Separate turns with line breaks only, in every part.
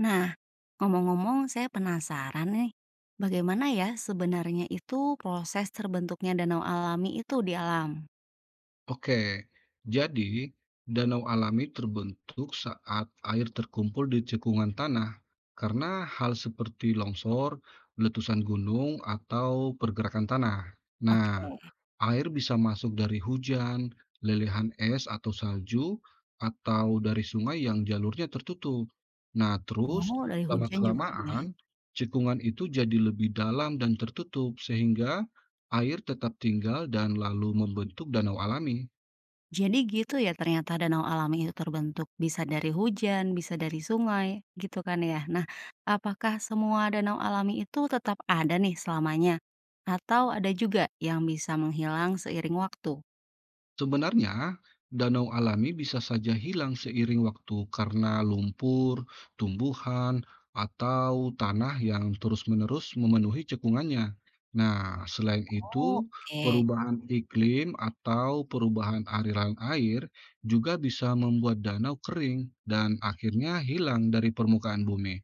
Nah, ngomong-ngomong saya penasaran nih, bagaimana ya sebenarnya itu proses terbentuknya danau alami itu di alam?
Oke, jadi danau alami terbentuk saat air terkumpul di cekungan tanah karena hal seperti longsor, letusan gunung, atau pergerakan tanah. Nah,
Oke.
air bisa masuk dari hujan, lelehan es atau salju, atau dari sungai yang jalurnya tertutup. Nah, terus
Oh, dari hujan juga ya.
lama-kelamaan cekungan itu jadi lebih dalam dan tertutup sehingga air tetap tinggal dan lalu membentuk danau alami.
Jadi gitu ya, ternyata danau alami itu terbentuk, bisa dari hujan, bisa dari sungai, gitu kan ya. Nah, apakah semua danau alami itu tetap ada nih selamanya? Atau ada juga yang bisa menghilang seiring waktu?
Sebenarnya, danau alami bisa saja hilang seiring waktu karena lumpur, tumbuhan, atau tanah yang terus-menerus memenuhi cekungannya. Nah, selain itu,
Oh, oke.
perubahan iklim atau perubahan aliran air juga bisa membuat danau kering dan akhirnya hilang dari permukaan bumi.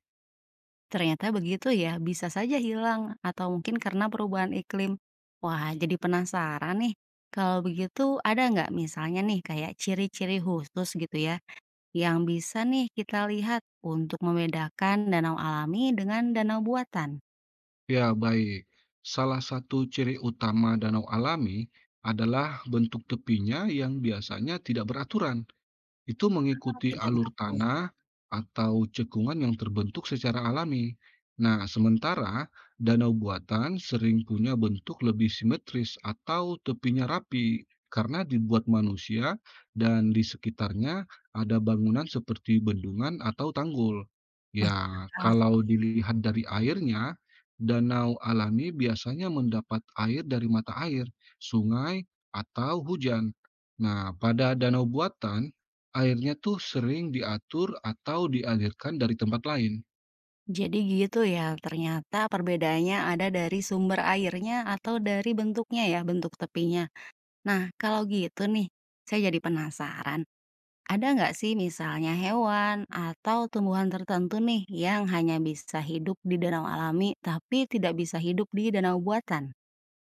Ternyata begitu ya, bisa saja hilang atau mungkin karena perubahan iklim. Wah, jadi penasaran nih. Kalau begitu ada nggak misalnya nih kayak ciri-ciri khusus gitu ya yang bisa nih kita lihat untuk membedakan danau alami dengan danau buatan?
Ya, baik. Salah satu ciri utama danau alami adalah bentuk tepinya yang biasanya tidak beraturan. Itu
Oh,
mengikuti
tidak
alur
beratur,
tanah atau cekungan yang terbentuk secara alami. Nah, sementara danau buatan sering punya bentuk lebih simetris atau tepinya rapi karena dibuat manusia dan di sekitarnya ada bangunan seperti bendungan atau tanggul. Ya,
masuk akal sih.
kalau dilihat dari airnya, danau alami biasanya mendapat air dari mata air, sungai, atau hujan. Nah, pada danau buatan airnya tuh sering diatur atau dialirkan dari tempat lain.
Jadi gitu ya, ternyata perbedaannya ada dari sumber airnya atau dari bentuknya ya, bentuk tepinya. Nah, kalau gitu nih, saya jadi penasaran. Ada nggak sih misalnya hewan atau tumbuhan tertentu nih yang hanya bisa hidup di danau alami tapi tidak bisa hidup di danau buatan?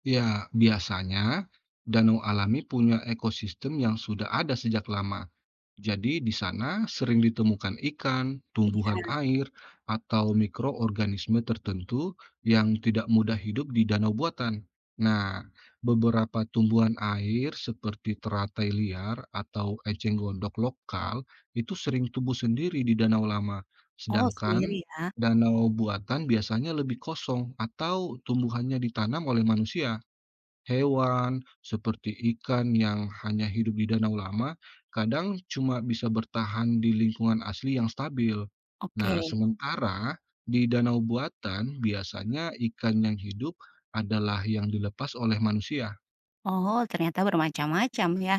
Ya, biasanya danau alami punya ekosistem yang sudah ada sejak lama. Jadi di sana sering ditemukan ikan,
Iya.
tumbuhan air, atau mikroorganisme tertentu yang tidak mudah hidup di danau buatan. Nah, beberapa tumbuhan air seperti teratai liar atau eceng gondok lokal itu sering tumbuh sendiri di danau lama.
Oh,
Sedangkan
sendiri ya?
danau buatan biasanya lebih kosong atau tumbuhannya ditanam oleh manusia. Hewan seperti ikan yang hanya hidup di danau lama, kadang cuma bisa bertahan di lingkungan asli yang stabil.
Oke.
Nah, sementara di danau buatan biasanya ikan yang hidup adalah yang dilepas oleh manusia.
Oh, ternyata bermacam-macam ya.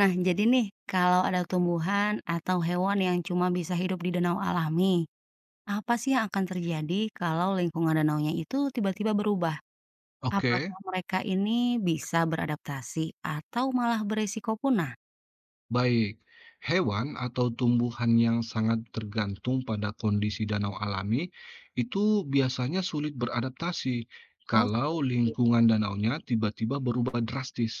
Nah, jadi nih, kalau ada tumbuhan atau hewan yang cuma bisa hidup di danau alami, apa sih yang akan terjadi kalau lingkungan danaunya itu tiba-tiba berubah? Apakah
Oke.
mereka ini bisa beradaptasi atau malah beresiko punah?
Baik, hewan atau tumbuhan yang sangat tergantung pada kondisi danau alami itu biasanya sulit beradaptasi
Oh,
kalau
sulit,
lingkungan danaunya tiba-tiba berubah drastis.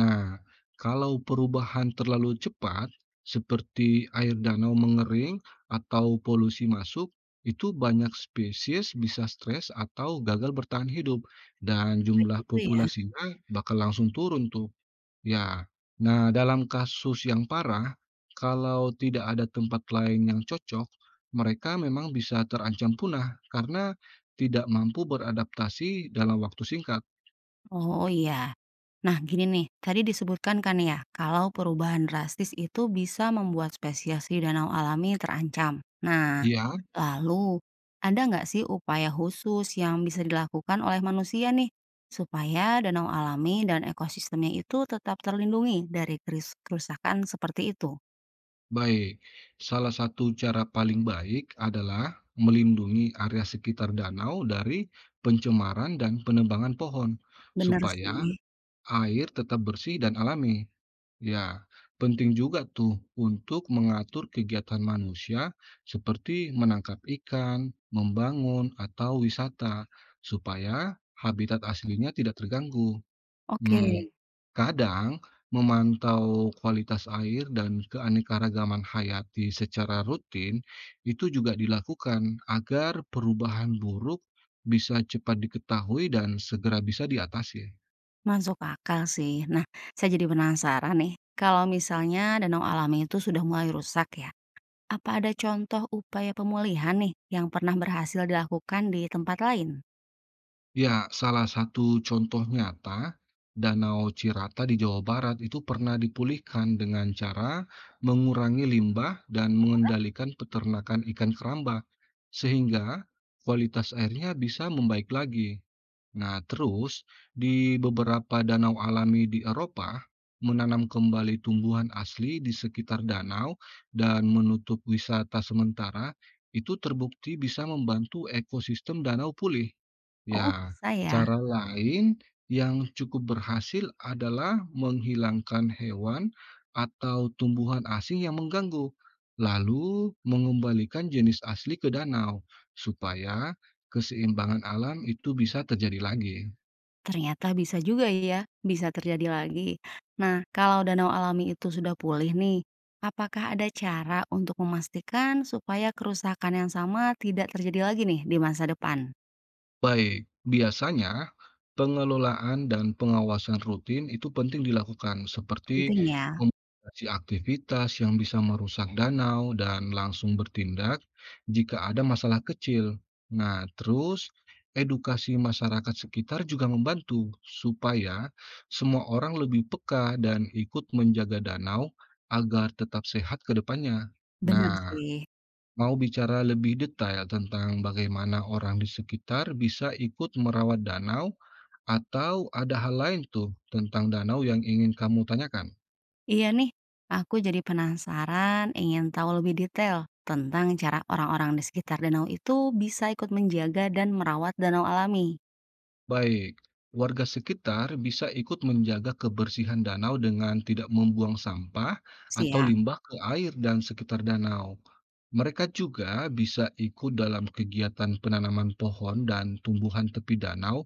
Nah, kalau perubahan terlalu cepat, seperti air danau mengering atau polusi masuk, itu banyak spesies bisa stres atau gagal bertahan hidup, dan
sampai
jumlah
gitu ya.
populasinya bakal langsung turun tuh. Ya. Nah, dalam kasus yang parah, kalau tidak ada tempat lain yang cocok, mereka memang bisa terancam punah karena tidak mampu beradaptasi dalam waktu singkat.
Oh iya. Nah, gini nih, tadi disebutkan kan ya, kalau perubahan drastis itu bisa membuat spesies di danau alami terancam. Nah,
Ya,
lalu ada nggak sih upaya khusus yang bisa dilakukan oleh manusia nih, supaya danau alami dan ekosistemnya itu tetap terlindungi dari kerusakan seperti itu?
baik. Salah satu cara paling baik adalah melindungi area sekitar danau dari pencemaran dan penebangan pohon,
Bener
supaya
sih.
air tetap bersih dan alami. Ya, penting juga tuh untuk mengatur kegiatan manusia seperti menangkap ikan, membangun, atau wisata supaya habitat aslinya tidak terganggu.
Oke,
Hmm, Kadang memantau kualitas air dan keanekaragaman hayati secara rutin itu juga dilakukan agar perubahan buruk bisa cepat diketahui dan segera bisa diatasi.
masuk akal sih. Nah, saya jadi penasaran nih, kalau misalnya danau alami itu sudah mulai rusak ya, apa ada contoh upaya pemulihan nih yang pernah berhasil dilakukan di tempat lain?
Ya, salah satu contoh nyata, Danau Cirata di Jawa Barat itu pernah dipulihkan dengan cara mengurangi limbah dan mengendalikan peternakan ikan keramba, sehingga kualitas airnya bisa membaik lagi. Nah, terus di beberapa danau alami di Eropa, menanam kembali tumbuhan asli di sekitar danau dan menutup wisata sementara itu terbukti bisa membantu ekosistem danau pulih.
Oh,
Ya,
bisa ya.
cara lain yang cukup berhasil adalah menghilangkan hewan atau tumbuhan asing yang mengganggu, lalu mengembalikan jenis asli ke danau, supaya keseimbangan alam itu bisa terjadi lagi.
Ternyata bisa juga ya, bisa terjadi lagi. Nah, kalau danau alami itu sudah pulih nih, apakah ada cara untuk memastikan supaya kerusakan yang sama tidak terjadi lagi nih di masa depan?
Baik, biasanya pengelolaan dan pengawasan rutin itu penting dilakukan, seperti
Penting ya.
membatasi aktivitas yang bisa merusak danau dan langsung bertindak jika ada masalah kecil. Nah, terus edukasi masyarakat sekitar juga membantu supaya semua orang lebih peka dan ikut menjaga danau agar tetap sehat ke depannya.
Benar
Nah,
sih.
mau bicara lebih detail tentang bagaimana orang di sekitar bisa ikut merawat danau atau ada hal lain tuh tentang danau yang ingin kamu tanyakan?
Iya nih, aku jadi penasaran ingin tahu lebih detail tentang cara orang-orang di sekitar danau itu bisa ikut menjaga dan merawat danau alami.
Baik, warga sekitar bisa ikut menjaga kebersihan danau dengan tidak membuang sampah atau
Siap.
limbah ke air dan sekitar danau. Mereka juga bisa ikut dalam kegiatan penanaman pohon dan tumbuhan tepi danau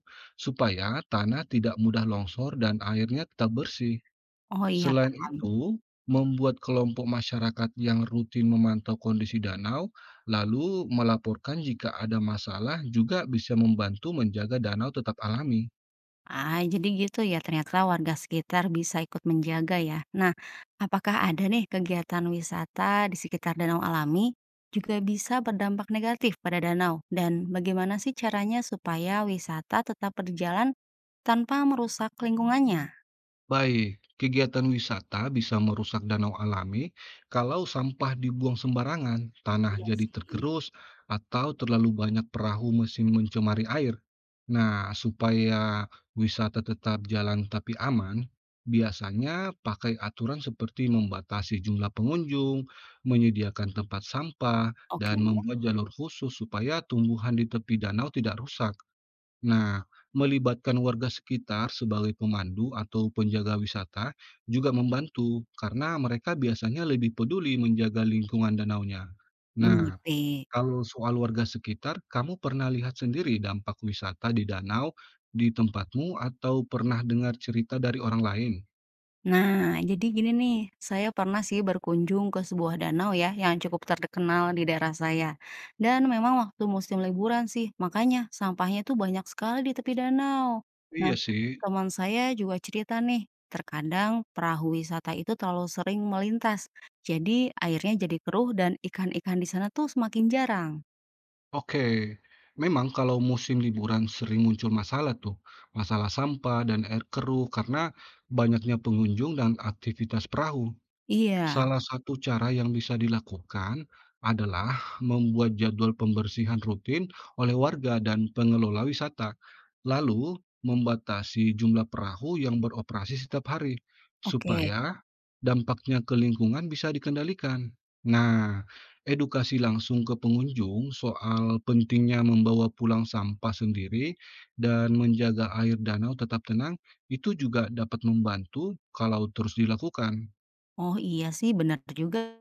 supaya tanah tidak mudah longsor dan airnya tetap bersih.
Oh iya,
Selain
paham.
itu, membuat kelompok masyarakat yang rutin memantau kondisi danau, lalu melaporkan jika ada masalah juga bisa membantu menjaga danau tetap alami.
Ah, jadi gitu ya, ternyata warga sekitar bisa ikut menjaga ya. Nah, apakah ada nih kegiatan wisata di sekitar danau alami juga bisa berdampak negatif pada danau? Dan bagaimana sih caranya supaya wisata tetap berjalan tanpa merusak lingkungannya?
Baik, kegiatan wisata bisa merusak danau alami kalau sampah dibuang sembarangan, tanah
Iya
jadi
sih.
tergerus, atau terlalu banyak perahu mesin mencemari air. Nah, supaya wisata tetap jalan tapi aman, biasanya pakai aturan seperti membatasi jumlah pengunjung, menyediakan tempat sampah,
Oke,
dan membuat jalur khusus supaya tumbuhan di tepi danau tidak rusak. Nah, melibatkan warga sekitar sebagai pemandu atau penjaga wisata juga membantu karena mereka biasanya lebih peduli menjaga lingkungan danaunya. Nah,
mengerti.
kalau soal warga sekitar, kamu pernah lihat sendiri dampak wisata di danau di tempatmu atau pernah dengar cerita dari orang lain?
Nah, jadi gini nih, saya pernah sih berkunjung ke sebuah danau ya yang cukup terkenal di daerah saya. Dan memang waktu musim liburan sih, makanya sampahnya tuh banyak sekali di tepi danau. Nah,
Iya sih,
teman saya juga cerita nih, terkadang perahu wisata itu terlalu sering melintas. Jadi airnya jadi keruh dan ikan-ikan di sana tuh semakin jarang.
oke. Memang kalau musim liburan sering muncul masalah tuh, masalah sampah dan air keruh karena banyaknya pengunjung dan aktivitas perahu.
Iya,
Salah satu cara yang bisa dilakukan adalah membuat jadwal pembersihan rutin oleh warga dan pengelola wisata, lalu membatasi jumlah perahu yang beroperasi setiap hari,
oke.
supaya dampaknya ke lingkungan bisa dikendalikan. Nah, edukasi langsung ke pengunjung soal pentingnya membawa pulang sampah sendiri dan menjaga air danau tetap tenang itu juga dapat membantu kalau terus dilakukan.
Oh iya sih, benar juga.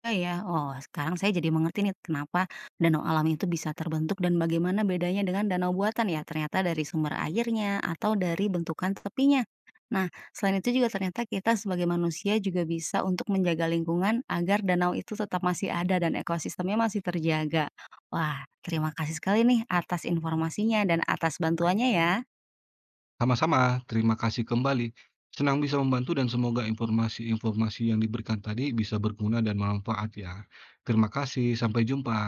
Oh ya? Oh, sekarang saya jadi mengerti nih kenapa danau alami itu bisa terbentuk dan bagaimana bedanya dengan danau buatan ya, ternyata dari sumber airnya atau dari bentukan tepinya. Nah, selain itu juga ternyata kita sebagai manusia juga bisa untuk menjaga lingkungan agar danau itu tetap masih ada dan ekosistemnya masih terjaga. Wah, terima kasih sekali nih atas informasinya dan atas bantuannya ya.
Sama-sama, terima kasih kembali. Senang bisa membantu dan semoga informasi-informasi yang diberikan tadi bisa berguna dan bermanfaat ya. Terima kasih, sampai jumpa.